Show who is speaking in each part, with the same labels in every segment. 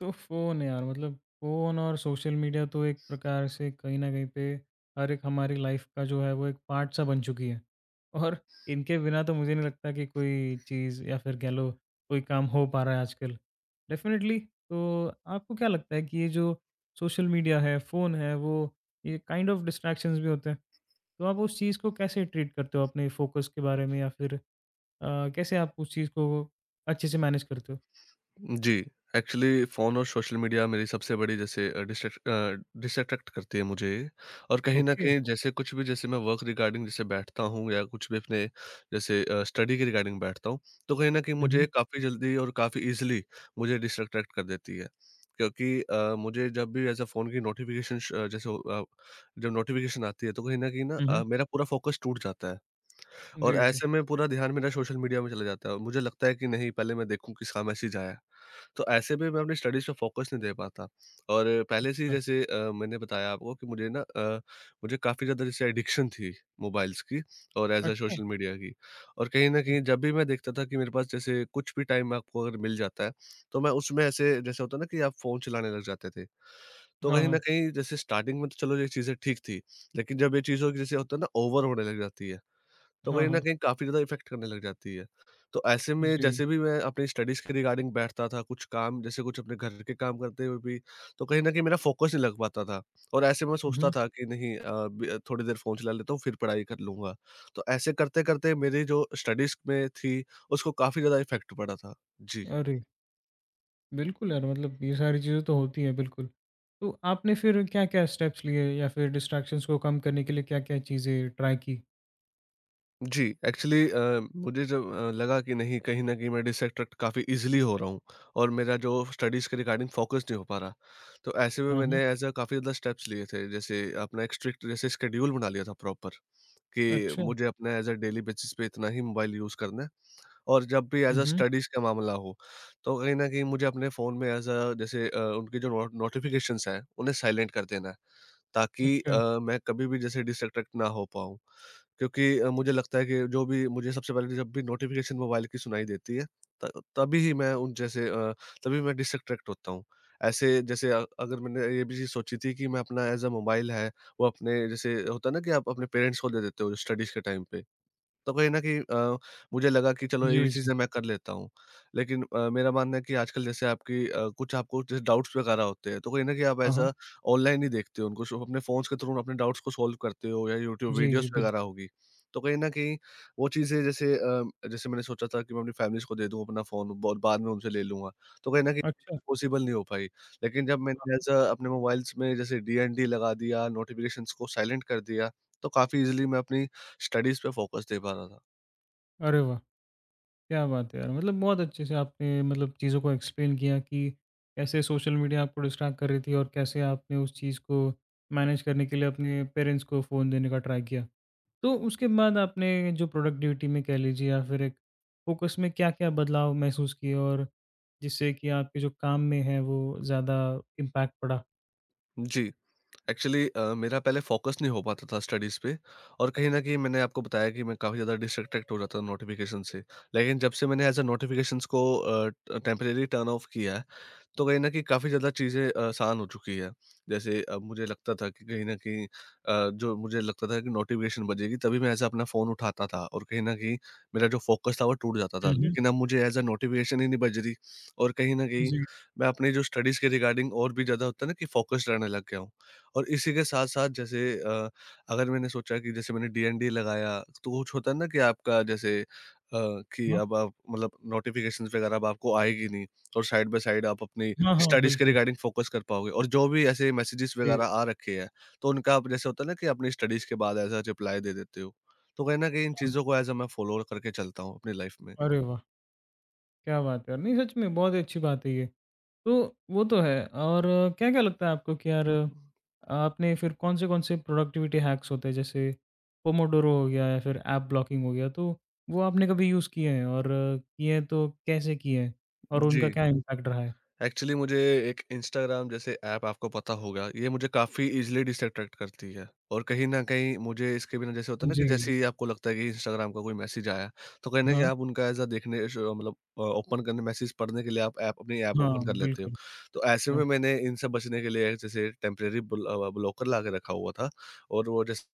Speaker 1: तो फ़ोन यार मतलब फ़ोन और सोशल मीडिया तो एक प्रकार से कहीं न कहीं पे हर एक हमारी लाइफ़ का जो है वो एक पार्ट सा बन चुकी है। और इनके बिना तो मुझे नहीं लगता कि कोई चीज़ या फिर कह लो कोई काम हो पा रहा है आजकल। डेफ़िनेटली तो आपको क्या लगता है कि ये जो सोशल मीडिया है, फ़ोन है वो ये काइंड ऑफ डिस्ट्रैक्शंस भी होते हैं। तो आप उस चीज़ को कैसे ट्रीट करते हो अपने फ़ोकस के बारे में या फिर कैसे आप उस चीज़ को अच्छे से मैनेज करते हो?
Speaker 2: जी, एक्चुअली फ़ोन और सोशल मीडिया मेरी सबसे बड़ी जैसे डिस्ट्रैक्ट करती है मुझे। और कहीं न
Speaker 1: ओके।
Speaker 2: कहीं जैसे कुछ भी जैसे मैं वर्क रिगार्डिंग जैसे बैठता हूँ या कुछ भी अपने जैसे स्टडी के रिगार्डिंग बैठता हूँ, तो कहीं न कहीं
Speaker 1: हुँ, हुँ।
Speaker 2: मुझे काफ़ी जल्दी और काफ़ी ईज़िली मुझे डिस्ट्रैक्ट कर देती है। क्योंकि मुझे जब भी ऐसा फ़ोन की नोटिफ़िकेशन श जैसे हो- अ, जब नोटिफ़िकेशन आती है, तो कहीं न कहीं
Speaker 1: हुँ, हुँ।
Speaker 2: मेरा पूरा फ़ोकस टूट जाता है। और
Speaker 1: जी, जी।
Speaker 2: ऐसे में पूरा ध्यान मेरा सोशल मीडिया में चला जाता है और मुझे लगता है कि नहीं, पहले मैं देखूँ किसका मैसेज आया है। तो ऐसे में मैं अपनी स्टडीज़ पे फोकस नहीं दे पाता। और पहले से ही
Speaker 1: अच्छा,
Speaker 2: जैसे मैंने बताया आपको कि मुझे काफ़ी ज़्यादा जैसे एडिक्शन थी मोबाइल्स की और एज़ अ
Speaker 1: अच्छा।
Speaker 2: सोशल मीडिया की। और कहीं न
Speaker 1: हाँ,
Speaker 2: कहीं जब भी मैं देखता था कि मेरे पास जैसे कुछ भी टाइम आपको अगर मिल जाता है, तो मैं उसमें ऐसे जैसे होता है ना कि आप फ़ोन चलाने लग जाते थे। तो
Speaker 1: हाँ,
Speaker 2: कहीं
Speaker 1: हाँ।
Speaker 2: न कहीं जैसे स्टार्टिंग में तो चलो ये चीज़ें ठीक थी, लेकिन जब ये चीज़ों की जैसे होता है ना ओवर होने लग जाती है, तो
Speaker 1: हाँ,
Speaker 2: कहीं न
Speaker 1: हाँ।
Speaker 2: कहीं काफ़ी ज़्यादा इफ़ेक्ट करने लग जाती है। तो ऐसे में
Speaker 1: जी।
Speaker 2: जैसे भी मैं अपनी स्टडीज़ के रिगार्डिंग बैठता था, कुछ काम जैसे कुछ अपने घर के काम करते हुए भी, तो कहीं न कहीं मेरा फ़ोकस नहीं लग पाता था। और ऐसे में मैं सोचता
Speaker 1: हुँ,
Speaker 2: था कि नहीं, अ, ब थोड़ी देर फ़ोन चला लेता हूँ, फिर पढ़ाई कर लूँगा। तो ऐसे करते-करते मेरी जो स्टडीज़ में थी, उसको काफ़ी ज़्यादा इफ़ेक्ट पड़ा था। जी।
Speaker 1: अरे! बिल्कुल यार, मतलब ये सारी चीज़ें तो होती हैं, बिल्कुल। तो आपने फिर क्या-क्या स्टेप्स लिए या फिर डिस्ट्रैक्शंस को कम करने के लिए क्या-क्या चीज़ें ट्राई की?
Speaker 2: जी, एक्चुअली मुझे जब लगा कि नहीं, कहीं न कहीं मैं डिस्ट्रैक्ट काफ़ी ईज़िली हो रहा हूँ और मेरा जो स्टडीज़ के रिगार्डिंग फ़ोकस नहीं हो पा रहा। तो ऐसे में
Speaker 1: हाँ, हाँ।
Speaker 2: मैंने ऐज़ अ काफ़ी ज़्यादा स्टेप्स लिए थे। जैसे अपना एक स्ट्रिक्ट जैसे शेड्यूल बना लिया था प्रॉपर, कि
Speaker 1: अच्छा।
Speaker 2: मुझे अपना ऐज़ अ डेली बेसिस पे इतना ही मोबाइल यूज़ करना है। और जब भी
Speaker 1: हुँ,
Speaker 2: ऐज़ अ
Speaker 1: हुँ।
Speaker 2: स्टडीज़ का मामला हो, तो कहीं न कहीं मुझे अपने फ़ोन में ऐज़ अ जैसे अ, उनकी जो नो नोटिफ़िकेशंस हैं उन्हें साइलेंट कर देना है। ताकि
Speaker 1: अच्छा।
Speaker 2: मैं कभी भी जैसे डिस्ट्रैक्ट ना हो पाऊँ। क्योंकि मुझे लगता है कि जो भी मुझे सबसे पहले जब भी नोटिफ़िकेशन मोबाइल की सुनाई देती है, त तभी ही मैं तभी मैं डिस्ट्रैक्ट होता हूँ। ऐसे जैसे अगर मैंने ये भी चीज़ सोची थी कि मैं अपना एज़ अ मोबाइल है, वो अपने जैसे होता है ना कि आप अपने पेरेंट्स को दे देते हो स्टडीज़ के टाइम पे। तो कहीं न कहीं अ, मुझे लगा कि चलो ये
Speaker 1: जी,
Speaker 2: भी
Speaker 1: जी।
Speaker 2: चीज़ें मैं कर लेता हूँ। लेकिन मेरा मानना है कि आजकल जैसे आपकी कुछ आपको जैसे डाउट्स वगैरह होते हैं, तो कहीं न कहीं आप
Speaker 1: हाँ, हाँ।
Speaker 2: ऐसा ऑनलाइन ही देखते हो उनको, सो अपने फ़ोन्स के थ्रू अपने डाउट्स को सॉल्व करते हो या यूट्यूब
Speaker 1: जी, जी,
Speaker 2: वीडियोज़ वगैरह
Speaker 1: बिल्कुल।
Speaker 2: होगी। तो कहीं न कहीं वो चीज़ें जैसे जैसे मैंने सोचा था कि मैं अपनी फैमिलीज़ को दे दूँ अपना फ़ोन, बहुत बाद में उनसे ले लूँगा, तो कहीं न कहीं
Speaker 1: अच्छा।
Speaker 2: पॉसिबल नहीं हो पाई। लेकिन जब मैंने
Speaker 1: हाँ।
Speaker 2: ऐसा अपने मोबाइल्स में जैसे डीएनडी लगा दिया, नोटिफ़िकेशंस को साइलेंट कर दिया, तो काफ़ी ईज़िली मैं अपनी स्टडीज़ पे फ़ोकस दे पा रहा था।
Speaker 1: अरे वाह! क्या बात है यार! मतलब बहुत अच्छे से आपने मतलब चीज़ों को एक्सप्लेन किया कि कैसे सोशल मीडिया आपको डिस्ट्रैक्ट कर रही थी और कैसे आपने उस चीज़ को मैनेज करने के लिए अपने पेरेंट्स को फ़ोन देने का ट्राई किया। तो उसके बाद आपने जो प्रोडक्टिविटी में कह लीजिए या फिर एक फ़ोकस में क्या-क्या बदलाव महसूस किए और जिससे कि आपके जो काम में है वो ज़्यादा इम्पैक्ट पड़ा?
Speaker 2: जी, एक्चुअली मेरा पहले फ़ोकस नहीं हो पाता था स्टडीज़ पे और कहीं न कहीं मैंने आपको बताया कि मैं काफ़ी ज़्यादा डिस्ट्रैक्टेड हो जाता था नोटिफ़िकेशन से। लेकिन जब से मैंने एज़ अ नोटिफ़िकेशंस को अ, ट टेम्परेरी टर्न ऑफ किया है, तो कहीं न कहीं काफ़ी ज़्यादा चीज़ें आसान हो चुकी है। जैसे अब मुझे लगता था कि कहीं न कहीं जो मुझे लगता था कि नोटिफ़िकेशन बजेगी, तभी मैं ऐसा अपना फ़ोन उठाता था और कहीं न कहीं मेरा जो फ़ोकस था वो टूट जाता था।
Speaker 1: हुँ, हुँ।
Speaker 2: लेकिन अब मुझे ऐज़ अ नोटिफ़िकेशन ही नहीं बज रही और कहीं न कहीं
Speaker 1: जी, जी।
Speaker 2: मैं अपनी जो स्टडीज़ के रिगार्डिंग और भी ज़्यादा होता है ना कि फ़ोकस्ड रहने लग गया हूँ। और इसी के साथ-साथ जैसे अगर मैंने सोचा कि जैसे मैंने डीएनडी लगाया, तो कुछ होता है ना कि आपका जैसे कि
Speaker 1: हाँ।
Speaker 2: अब आप मतलब नोटिफ़िकेशंस वगैरह अब आपको आएगी नहीं। और साइड बाय साइड आप अपनी
Speaker 1: हाँ, हाँ,
Speaker 2: स्टडीज़ के
Speaker 1: बिल्कुल।
Speaker 2: रिगार्डिंग फोकस कर पाओगे और जो भी ऐसे मैसेजेस
Speaker 1: जी,
Speaker 2: वगैरह
Speaker 1: जी।
Speaker 2: आ रखे हैं, तो उनका आप जैसे होता है ना कि अपनी स्टडीज़ के बाद एज़ अ रिप्लाई दे देते हो। तो कहीं न कहीं इन
Speaker 1: हाँ।
Speaker 2: चीज़ों को एज़ अ मैं फॉलो करके चलता हूँ अपनी लाइफ़ में।
Speaker 1: अरे वाह! क्या बात है! यार। नहीं सच में बहुत ही अच्छी बात है ये। तो वो तो है और क्या-क्या लगता है आपको कि यार आपने फिर कौन-से-कौन से प्रोडक्टिविटी हैक्स होते हैं जैसे पोमोडोरो हो गया या फिर ऐप ब्लॉकिंग हो गया, तो वो आपने कभी यूज़ किए हैं और किए हैं तो कैसे किए हैं? और
Speaker 2: जी।
Speaker 1: उनका क्या इम्पैक्ट रहा है?
Speaker 2: एक्चुअली मुझे एक इंस्टाग्राम जैसे ऐप, आपको पता होगा, ये मुझे काफ़ी ईज़िली डिस्ट्रैक्ट करती है और कहीं न कहीं मुझे इसके बिना जैसे होता है ना कि
Speaker 1: जी, जी।
Speaker 2: जैसे ही आपको लगता है कि इंस्टाग्राम का कोई मैसेज आया, तो कहीं न कहीं
Speaker 1: हाँ,
Speaker 2: आप उनका एज़ अ देखने श मतलब अ, ओपन करने, मैसेज पढ़ने के लिए आप ऐप
Speaker 1: हाँ,
Speaker 2: ओपन कर लेते हो।
Speaker 1: बिल्कुल।
Speaker 2: तो ऐसे
Speaker 1: हाँ,
Speaker 2: में मैंने इनसे बचने के लिए जैसे टेम्परेरी ब्लॉकर ला के रखा हुआ था और वो जैसे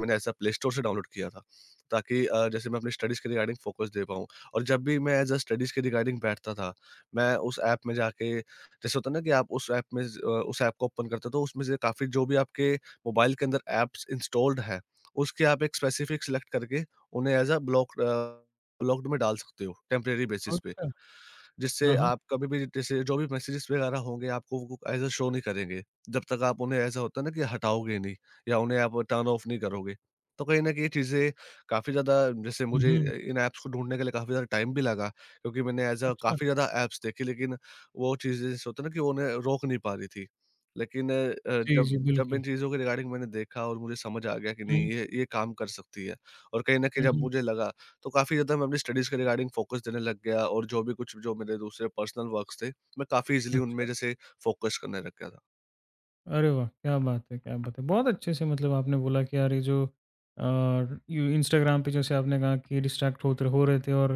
Speaker 2: मैंने ऐसा प्ले स्टोर से डाउनलोड किया था, ताकि जैसे मैं अपनी स्टडीज़ के रिगार्डिंग फ़ोकस दे पाऊँ। और जब भी मैं एज़ अ स्टडीज़ के रिगार्डिंग बैठता था, मैं उस ऐप में जाके जैसे होता है ना कि आप उस ऐप में उस ऐप को ओपन करते हो, तो उसमें से काफ़ी जो भी आपके मोबाइल के अंदर ऐप्स इंस्टॉल्ड है, उसके आप एक स्पेसिफ़िक सिलेक्ट करके उन्हें एज़ अ ब्लॉक्ड में डाल सकते हो टेम्परेरी बेसिस पे।
Speaker 1: अच्छा।
Speaker 2: जिससे
Speaker 1: हाँ, हाँ।
Speaker 2: आप कभी भी जैसे जो भी मैसेजेस वगैरह होंगे, आपको वो एज़ अ शो नहीं करेंगे। जब तक आप उन्हें ऐसा होता है ना कि हटाओगे नहीं या उन्हें आप टर्न ऑफ नहीं करोगे। तो कहीं न कहीं चीज़ें काफ़ी ज़्यादा जैसे
Speaker 1: हुँ,
Speaker 2: मुझे
Speaker 1: हुँ।
Speaker 2: इन ऐप्स को ढूँढने के लिए काफ़ी ज़्यादा टाइम भी लगा, क्योंकि मैंने ऐज़ अ
Speaker 1: अच्छा।
Speaker 2: काफ़ी ज़्यादा ऐप्स देखी, लेकिन वो चीज़ें जैसे होता है ना कि वो उन्हें रोक नहीं पा रही थी। लेकिन
Speaker 1: जी,
Speaker 2: जब
Speaker 1: जी,
Speaker 2: जब
Speaker 1: बिल्कुल।
Speaker 2: इन चीज़ों के रिगार्डिंग मैंने देखा और मुझे समझ आ गया कि
Speaker 1: हुँ,
Speaker 2: नहीं, ये काम कर सकती है और कहीं न कहीं
Speaker 1: हुँ,
Speaker 2: जब
Speaker 1: हुँ।
Speaker 2: मुझे लगा, तो काफ़ी ज़्यादा मैं अपनी स्टडीज़ के रिगार्डिंग फ़ोकस देने लग गया और जो भी कुछ जो मेरे दूसरे पर्सनल वर्क्स थे, मैं काफ़ी ईज़िली
Speaker 1: अच्छा।
Speaker 2: उनमें जैसे फ़ोकस करने लग गया था।
Speaker 1: अरे वाह! क्या बात है, क्या बात है। बहुत अच्छे से मतलब आपने बोला कि यार ये जो अ, यू इंस्टाग्राम पे जैसे आपने कहा कि डिस्ट्रैक्ट होते हो रहे थे और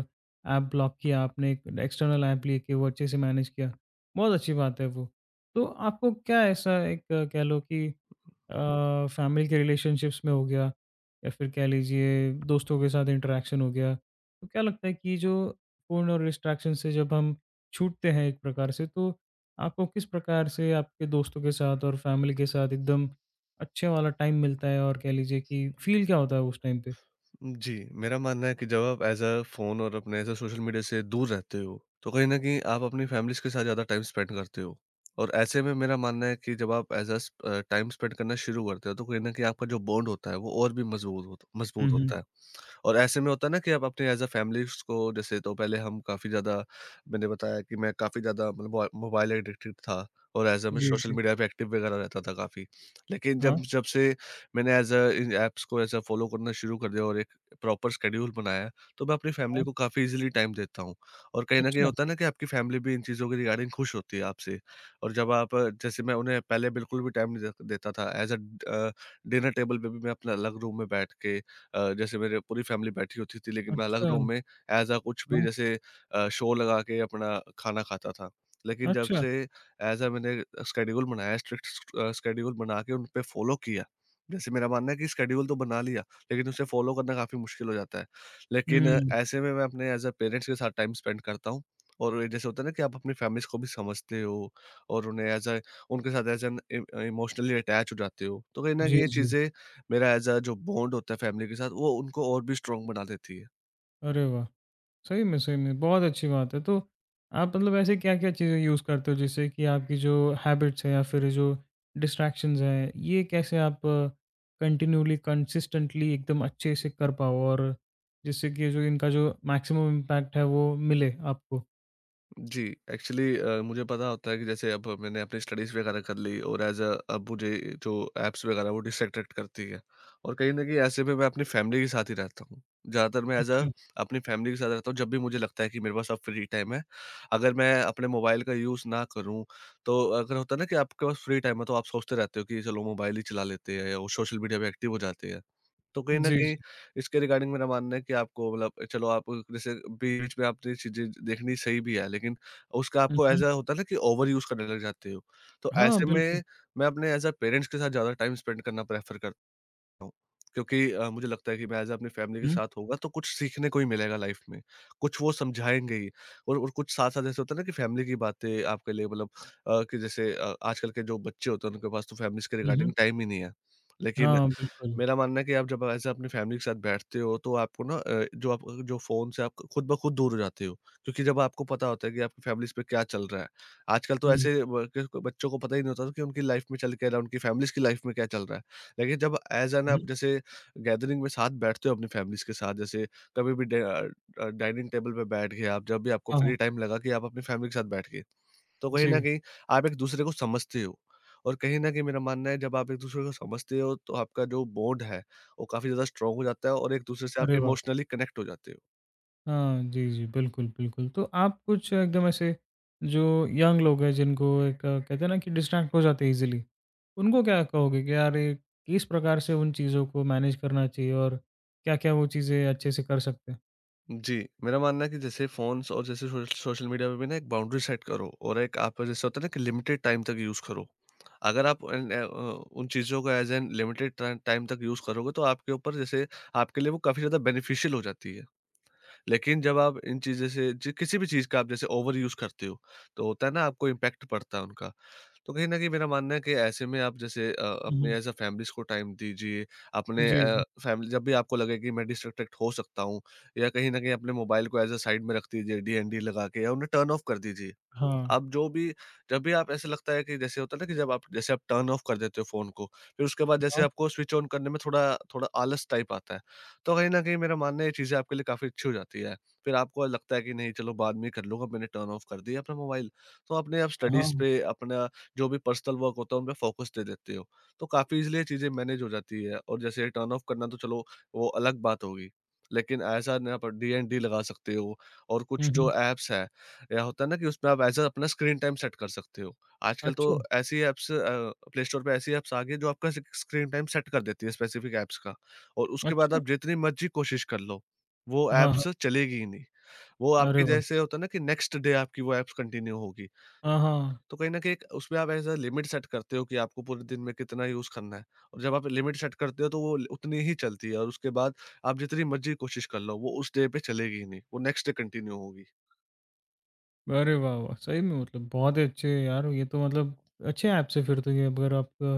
Speaker 1: ऐप ब्लॉक किया आपने, एक एक्सटर्नल ऐप लेके वो अच्छे से मैनेज किया। बहुत अच्छी बात है वो। तो आपको क्या ऐसा एक कह लो कि फैमिली के रिलेशनशिप्स में हो गया या फिर कह लीजिए दोस्तों के साथ इंटरेक्शन हो गया। तो क्या लगता है कि ये जो फ़ोन और डिस्ट्रैक्शन से जब हम छूटते हैं एक प्रकार से, तो आपको किस प्रकार से आपके दोस्तों के साथ और फैमिली के साथ एकदम अच्छे वाला टाइम मिलता है और कह लीजिए कि फ़ील क्या होता है उस टाइम पे?
Speaker 2: जी, मेरा मानना है कि जब आप एज़ अ फ़ोन और अपने एज़ अ सोशल मीडिया से दूर रहते हो, तो कहीं न कहीं आप अपनी फैमिलीज़ के साथ ज़्यादा टाइम स्पेंड करते हो। और ऐसे में मेरा मानना है कि जब आप एज़ अ स अ, टाइम स्पेंड करना शुरू करते हो, तो कहीं न कहीं आपका जो बॉन्ड होता है, वो और भी
Speaker 1: हुँ,
Speaker 2: मज़बूत
Speaker 1: हुँ।
Speaker 2: होता है। और ऐसे में होता है ना कि आप अपने एज़ अ फैमिलीज़ को जैसे तो पहले हम काफ़ी ज़्यादा, मैंने बताया कि मैं काफ़ी ज़्यादा मतलब मोबाइल एडिक्टेड था और एज़ अ मैं
Speaker 1: जी,
Speaker 2: सोशल
Speaker 1: जी।
Speaker 2: मीडिया पे एक्टिव वगैरह रहता था काफ़ी। लेकिन जब
Speaker 1: हाँ,
Speaker 2: जब से मैंने एज़ अ इन ऐप्स को ऐसा फ़ॉलो करना शुरू कर दिया और एक प्रॉपर शेड्यूल बनाया, तो मैं अपनी फैमिली
Speaker 1: हाँ।
Speaker 2: को काफ़ी ईज़िली टाइम देता हूँ। और कहीं न कहीं
Speaker 1: अच्छा,
Speaker 2: होता है ना कि आपकी फैमिली भी इन चीज़ों के रिगार्डिंग खुश होती है आपसे। और जब जैसे मैं उन्हें पहले बिल्कुल भी टाइम नहीं दे देता था, एज़ अ ड अ, डिनर टेबल पे भी मैं अपना अलग रूम में बैठ के जैसे मेरे पूरी फैमिली बैठी होती थी, लेकिन मैं अलग
Speaker 1: अच्छा,
Speaker 2: रूम में एज़ अ कुछ भी
Speaker 1: हाँ।
Speaker 2: जैसे शो लगा के अपना खाना खाता था। लेकिन जब
Speaker 1: अच्छा।
Speaker 2: से एज़ अ मैंने स्केड्यूल बनाया, स्ट्रिक्ट स्केड्यूल बना के उन पे फॉलो किया। जैसे मेरा मानना है कि स्केड्यूल तो बना लिया, लेकिन उसे फॉलो करना काफ़ी मुश्किल हो जाता है। लेकिन
Speaker 1: हुँ।
Speaker 2: ऐसे में मैं अपने एज़ अ पेरेंट्स के साथ टाइम स्पेंड करता हूँ और ये जैसे होता है ना कि आप अपनी फैमिलीज़ को भी समझते हो और उन्हें एज़ अ उनके साथ एज़ एन इ इमोशनली अटैच हो जाते हो। तो कहीं न
Speaker 1: जी,
Speaker 2: कहीं ये
Speaker 1: जी।
Speaker 2: चीज़ें मेरा एज़ अ जो बॉन्ड होता है फैमिली के साथ वो उनको और भी स्ट्रॉन्ग बना देती है।
Speaker 1: अरे वाह! सही में, बहुत अच्छी बात है। तो आप मतलब ऐसे क्या-क्या चीज़ें यूज़ करते हो जिससे कि आपकी जो हैबिट्स हैं या फिर जो डिस्ट्रैक्शंस हैं, ये कैसे आप कंटिन्यूअली, कंसिस्टेंटली एकदम अच्छे से कर पाओ और जिससे कि जो इनका जो मैक्सिमम इम्पैक्ट है वो मिले आपको?
Speaker 2: जी, एक्चुअली मुझे पता होता है कि जैसे अब मैंने अपनी स्टडीज़ वगैरह कर ली और एज़ अ अब मुझे जो ऐप्स वगैरह वो डिस्ट्रैक्ट करती है और कहीं न कहीं ऐसे में मैं अपनी फैमिली के साथ ही रहता हूँ। ज़्यादातर मैं एज़ अ
Speaker 1: अच्छा।
Speaker 2: अपनी फैमिली के साथ रहता हूँ, जब भी मुझे लगता है कि मेरे पास अब फ्री टाइम है। अगर मैं अपने मोबाइल का यूज़ ना करूँ, तो अगर होता है ना कि आपके पास फ्री टाइम है, तो आप सोचते रहते हो कि चलो मोबाइल ही चला लेते हैं और सोशल मीडिया पे एक्टिव हो जाते हैं। तो कहीं न
Speaker 1: जी,
Speaker 2: कहीं
Speaker 1: जी।
Speaker 2: इसके रिगार्डिंग मेरा मानना है कि आपको मतलब चलो आप जैसे बीच-बीच में आपने चीज़ें देखनी सही भी है, लेकिन उसका
Speaker 1: हुँ,
Speaker 2: आपको
Speaker 1: हुँ।
Speaker 2: ऐसा होता है ना कि ओवर यूज़ करने लग जाते हो। तो
Speaker 1: हाँ,
Speaker 2: ऐसे
Speaker 1: बिल्कुल।
Speaker 2: में मैं अपने एज़ अ पेरेंट्स के साथ ज़्यादा टाइम स्पेंड करना प्रेफ़र करता हूँ। क्योंकि मुझे लगता है कि मैं एज़ अपनी फैमिली के
Speaker 1: हुँ,
Speaker 2: साथ होगा तो कुछ सीखने को ही मिलेगा लाइफ़ में। कुछ वो समझाएँगे ही और कुछ साथ-साथ जैसे होता है ना कि फैमिली की बातें आपके लिए मतलब कि जैसे आजकल के जो बच्चे होते हैं उनके पास तो फैमिलीज़ के
Speaker 1: हुँ, हुँ।
Speaker 2: रिगार्डिंग टाइम ही नहीं है। लेकिन
Speaker 1: हाँ, बिल्कुल।
Speaker 2: मेरा मानना है कि आप जब ऐसे अपनी फैमिली के साथ बैठते हो तो आपको ना, जो फ़ोन से आप खुद ब खुद दूर हो जाते हो। क्योंकि जब आपको पता होता है कि आपकी फैमिलीज़ पे क्या चल रहा है। आजकल तो
Speaker 1: हुँ,
Speaker 2: ऐसे बच्चों को पता ही नहीं होता कि उनकी लाइफ़ में चल क्या रहा है, उनकी फैमिलीज़ की लाइफ़ में क्या चल रहा है। लेकिन जब एज़ एन
Speaker 1: हुँ।
Speaker 2: आप जैसे गैदरिंग में साथ बैठते हो अपनी फैमिलीज़ के साथ, जैसे कभी भी डाइनिंग टेबल पे बैठ गए आप, जब भी आपको
Speaker 1: हाँ, हाँ।
Speaker 2: फ्री टाइम लगा कि आप अपनी फैमिली के साथ बैठ गए। तो कहीं न
Speaker 1: जी।
Speaker 2: कहीं आप एक-दूसरे को समझते हो। और कहीं न कहीं मेरा मानना है, जब आप एक-दूसरे को समझते हो, तो आपका जो बॉन्ड है वो काफ़ी ज़्यादा स्ट्रॉन्ग हो जाता है और एक-दूसरे से
Speaker 1: अरे
Speaker 2: आप
Speaker 1: वाह!
Speaker 2: इमोशनली कनेक्ट हो जाते हो।
Speaker 1: हाँ, जी, जी। बिल्कुल, बिल्कुल। तो आप कुछ एकदम ऐसे जो यंग लोग हैं जिनको एक कहते हैं ना कि डिस्ट्रैक्ट हो जाते हैं ईज़िली, उनको क्या कहोगे कि यार ये किस प्रकार से उन चीज़ों को मैनेज करना चाहिए और क्या-क्या वो चीज़ें अच्छे से कर सकते हैं?
Speaker 2: जी, मेरा मानना है कि जैसे फ़ोन्स और जैसे सोशल मीडिया पे भी ना एक बाउंड्री सेट करो, और एक आप जैसे होता है ना कि लिमिटेड टाइम तक यूज़ करो। अगर आप उन चीज़ों को एज़ एन लिमिटेड टाइम तक यूज़ करोगे, तो आपके ऊपर जैसे, आपके लिए वो काफ़ी ज़्यादा बेनिफिशियल हो जाती है। लेकिन जब आप इन चीज़ें से, जी, किसी भी चीज़ का आप जैसे ओवर यूज़ करते हो, तो होता है ना, आपको इम्पैक्ट पड़ता है उनका। तो कहीं न कहीं मेरा मानना है कि ऐसे में आप जैसे
Speaker 1: हुँ,
Speaker 2: अपने
Speaker 1: हुँ।
Speaker 2: एज़ अ फैमिलीज़ को टाइम दीजिए, अपने
Speaker 1: जी, जी।
Speaker 2: फैमिली, जब भी आपको लगे कि मैं डिस्ट्रैक्टेड हो सकता हूँ या कहीं न कहीं, अपने मोबाइल को एज़ अ साइड में रख दीजिए, डीएनडी लगा के या उन्हें टर्न ऑफ कर दीजिए।
Speaker 1: हाँ।
Speaker 2: अब जो भी जब भी आप, ऐसे लगता है कि जैसे होता है ना कि जब आप जैसे आप टर्न ऑफ कर देते हो फ़ोन को, फिर उसके बाद जैसे
Speaker 1: हाँ,
Speaker 2: आपको स्विच ऑन करने में थोड़ा थोड़ा आलस टाइप आता है। तो कहीं न कहीं मेरा मानना है ये चीज़ें आपके लिए काफ़ी अच्छी हो जाती है। फिर आपको लगता है कि नहीं, चलो बाद में कर लूँगा, मैंने टर्न ऑफ कर दिया अपना मोबाइल। तो अपने आप स्टडीज़
Speaker 1: हाँ।
Speaker 2: पे, अपना जो भी पर्सनल वर्क होता है उन पे फ़ोकस दे देते हो। तो काफ़ी ईज़िली ये चीज़ें मैनेज हो जाती है, और जैसे टर्न ऑफ करना तो चलो, वो अलग बात होगी। लेकिन ऐसा ना, आप डी एंड डी लगा सकते हो, और
Speaker 1: हुँ,
Speaker 2: कुछ जो
Speaker 1: हुँ।
Speaker 2: ऐप्स है, या होता है ना कि उसमें आप एज़ अ अपना स्क्रीन टाइम सेट कर सकते हो। आजकल तो
Speaker 1: अच्छा,
Speaker 2: ऐसी ऐप्स, प्ले स्टोर पे ऐसी ऐप्स आ गई है जो आपका स्क्रीन टाइम सेट कर देती है स्पेसिफिक ऐप्स का, और उसके बाद
Speaker 1: अच्छा।
Speaker 2: आप जितनी मर्ज़ी कोशिश कर लो, वो
Speaker 1: हाँ, हाँ।
Speaker 2: ऐप्स चलेगी ही नहीं। वो
Speaker 1: अरे
Speaker 2: आपके,
Speaker 1: वाह!
Speaker 2: जैसे होता है ना कि नेक्स्ट डे आपकी वो ऐप्स कंटिन्यू होगी।
Speaker 1: हाँ, हाँ।
Speaker 2: तो कहीं न कहीं, एक उसमें आप एज़ अ लिमिट सेट करते हो कि आपको पूरे दिन में कितना यूज़ करना है, और जब आप लिमिट सेट करते हो तो वो उतनी ही चलती है, और उसके बाद आप जितनी मर्ज़ी कोशिश कर लो, वो उस डे पे चलेगी ही नहीं, वो नेक्स्ट डे कंटिन्यू होगी।
Speaker 1: अरे वाह, वाह! सही में मतलब बहुत ही अच्छे यार ये तो मतलब अच्छे ऐप्स है फिर तो ये अगर आपका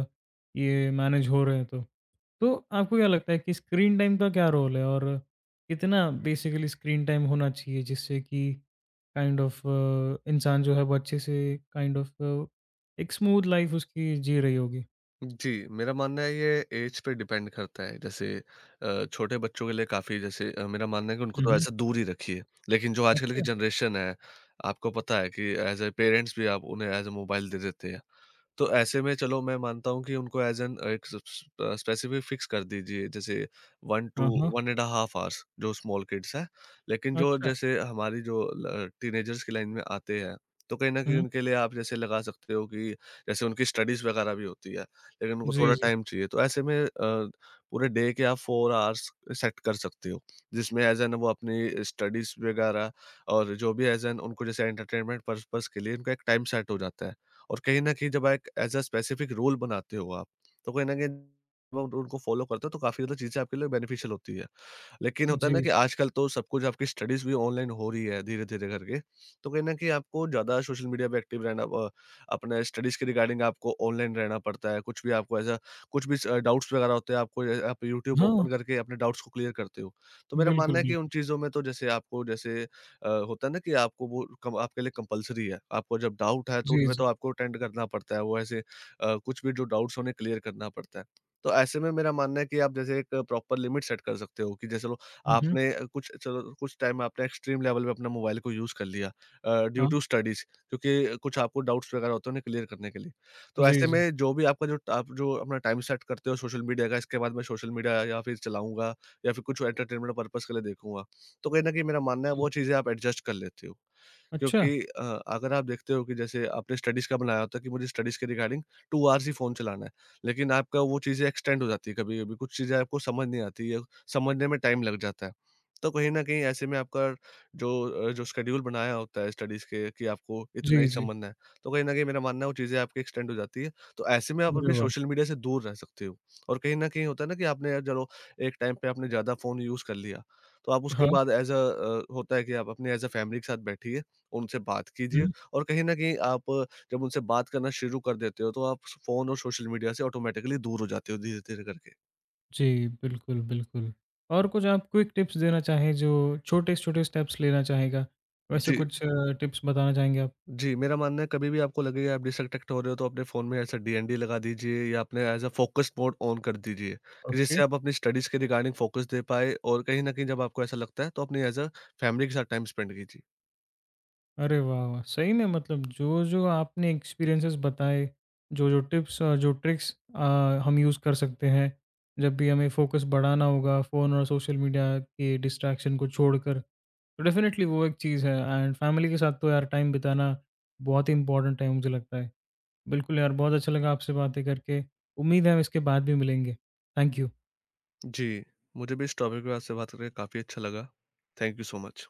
Speaker 1: ये मैनेज हो रहे हैं तो। तो आपको क्या लगता है कि स्क्रीन टाइम का क्या रोल है और कितना बेसिकली स्क्रीन टाइम होना चाहिए जिससे कि काइंड ऑफ इंसान जो है वो अच्छे से काइंड ऑफ एक स्मूथ लाइफ उसकी जी रही होगी?
Speaker 2: जी, मेरा मानना है ये ऐज पे डिपेंड करता है। जैसे छोटे बच्चों के लिए काफ़ी, जैसे मेरा मानना है कि उनको
Speaker 1: हुँ,
Speaker 2: तो
Speaker 1: हुँ।
Speaker 2: ऐसे दूर ही रखिए। लेकिन जो आजकल की
Speaker 1: अच्छा।
Speaker 2: जनरेशन है, आपको पता है कि एज़ अ पेरेंट्स भी आप उन्हें एज़ अ मोबाइल दे देते हैं। तो ऐसे में, चलो, मैं मानता हूँ कि उनको एज़ एन एक स स अ, स्पेसिफ़िक फ़िक्स कर दीजिए, जैसे 1 टू
Speaker 1: हाँ, हाँ।
Speaker 2: 1 1/2 आवर्स, जो स्मॉल किड्स हैं। लेकिन जो,
Speaker 1: अच्छा।
Speaker 2: जैसे हमारी जो ल टीनेजर्स की लाइन में आते हैं, तो कहीं न कहीं
Speaker 1: हुँ।
Speaker 2: उनके लिए आप जैसे लगा सकते हो कि, जैसे उनकी स्टडीज़ वगैरह भी होती है, लेकिन उनको
Speaker 1: जी,
Speaker 2: थोड़ा
Speaker 1: जी।
Speaker 2: टाइम चाहिए। तो ऐसे में पूरे डे के आप 4 आवर्स सेट कर सकते हो, जिसमें एज़ एन वो अपनी स्टडीज़ वगैरह, और जो भी एज़ एन उनको जैसे एंटरटेनमेंट पर्पज़ के लिए, उनका एक टाइम सेट हो जाता है। और कहीं न कहीं, जब एक एज़ अ स्पेसिफिक रोल बनाते हो आप, तो कहीं न कहीं, जब उनको फ़ॉलो करते हो, तो काफ़ी ज़्यादा चीज़ें आपके लिए बेनिफिशियल होती है। लेकिन होता है ना
Speaker 1: जी,
Speaker 2: कि
Speaker 1: जी।
Speaker 2: आजकल तो सब कुछ, आपकी स्टडीज़ भी ऑनलाइन हो रही है धीरे-धीरे करके। तो कहीं न कहीं आपको ज़्यादा सोशल मीडिया पे एक्टिव रहना, अपने स्टडीज़ के रिगार्डिंग आपको ऑनलाइन रहना पड़ता है। कुछ भी आपको ऐसा, कुछ भी डाउट्स वगैरह होते हैं, आपको आप यूट्यूब
Speaker 1: हाँ,
Speaker 2: ओपन करके अपने डाउट्स को क्लियर करते हो। तो मेरा मानना
Speaker 1: बिल्कुल,
Speaker 2: है कि उन
Speaker 1: बिल्कुल।
Speaker 2: चीज़ों में तो जैसे आपको, जैसे होता है ना कि आपको वो कम, आपके लिए कंपल्सरी है। आपको जब डाउट है तो
Speaker 1: जी,
Speaker 2: उनमें
Speaker 1: जी।
Speaker 2: तो आपको अटेंड करना पड़ता है। वो ऐसे कुछ भी जो डाउट्स हैं उन्हें क्लियर करना पड़ता है। तो ऐसे में मेरा मानना है कि आप जैसे एक प्रॉपर लिमिट सेट कर सकते हो कि, जैसे लो,
Speaker 1: हुँ, हुँ।
Speaker 2: आपने कुछ, चलो, कुछ टाइम आपने एक्सट्रीम लेवल पे अपना मोबाइल को यूज़ कर लिया ड्यू
Speaker 1: हाँ,
Speaker 2: टू स्टडीज़, क्योंकि कुछ
Speaker 1: हाँ।
Speaker 2: आपको डाउट्स वगैरह होते हैं उन्हें क्लियर करने के लिए। तो
Speaker 1: जी,
Speaker 2: ऐसे
Speaker 1: जी।
Speaker 2: में जो भी आपका, जो अपना टाइम सेट करते हो सोशल मीडिया का, इसके बाद मैं सोशल मीडिया या फिर चलाऊँगा या फिर कुछ एंटरटेनमेंट पर्पज़ के लिए देखूँगा। तो कहीं न कहीं मेरा मानना है
Speaker 1: हुँ।
Speaker 2: वो चीज़ें आप एडजस्ट कर लेते हो।
Speaker 1: अच्छा।
Speaker 2: क्योंकि अगर आप देखते हो कि जैसे आपने स्टडीज़ का बनाया होता है कि मुझे स्टडीज़ के रिगार्डिंग 2 आवर्स ही फ़ोन चलाना है, लेकिन आपका वो चीज़ें एक्सटेंड हो जाती है कभी-कभी, कुछ चीज़ें आपको समझ नहीं आती या समझने में टाइम लग जाता है। तो कहीं न कहीं ऐसे में आपका जो जो शेड्यूल बनाया होता है स्टडीज़ के, कि आपको इतना
Speaker 1: जी,
Speaker 2: ही
Speaker 1: जी।
Speaker 2: समझना है, तो कहीं न कहीं मेरा मानना है वो चीज़ें आपकी एक्सटेंड हो जाती है। तो ऐसे में आप
Speaker 1: अरे
Speaker 2: अपने
Speaker 1: वाह!
Speaker 2: सोशल मीडिया से दूर रह सकते हो, और कहीं न कहीं होता है ना कि आपने, चलो, एक टाइम पे आपने ज़्यादा फ़ोन यूज़ कर लिया, तो आप उसके
Speaker 1: हाँ।
Speaker 2: बाद एज़ अ, होता है कि आप अपने एज़ अ फैमिली के साथ बैठिए, उनसे बात कीजिए,
Speaker 1: हुँ।
Speaker 2: और कहीं न कहीं आप जब उनसे बात करना शुरू कर देते हो, तो आप स फ़ोन और सोशल मीडिया से ऑटोमैटिकली दूर हो जाते हो धीरे-धीरे करके।
Speaker 1: जी, बिल्कुल, बिल्कुल। और कुछ आप क्विक टिप्स देना चाहें जो छोटे-छोटे स्टेप्स लेना चाहेगा, वैसे
Speaker 2: जी।
Speaker 1: कुछ टिप्स बताना चाहेंगे आप?
Speaker 2: जी, मेरा मानना है कभी भी आपको लगे आप डिस्ट्रैक्ट हो रहे हो तो अपने फ़ोन में ऐसा डीएनडी लगा दीजिए या अपने as a focus mode on कर दीजिए, कि
Speaker 1: ओके।
Speaker 2: जिससे आप अपनी स्टडीज़ के रिगार्डिंग फ़ोकस दे पाएँ, और कहीं न कहीं जब आपको ऐसा लगता है तो अपनी एज़ अ फैमिली के साथ टाइम स्पेंड कीजिए।
Speaker 1: अरे वाह, वाह! सही में मतलब जो-जो आपने एक्सपीरियंसेस बताए, जो-जो टिप्स और जो ट्रिक्स हम यूज़ कर सकते हैं, जब भी हमें फोकस बढ़ाना होगा फ़ोन और सोशल मीडिया के डिस्ट्रैक्शन को छोड़कर, तो डेफ़िनेटली वो एक चीज़ है एंड फैमिली के साथ तो यार टाइम बिताना बहुत ही इम्पोर्टेंट है मुझे लगता है। बिल्कुल यार, बहुत अच्छा लगा आपसे बातें करके। उम्मीद है हम इसके बाद भी मिलेंगे। Thank you.
Speaker 2: जी, मुझे भी इस टॉपिक पे आपसे बात करके काफ़ी अच्छा लगा। Thank you so much.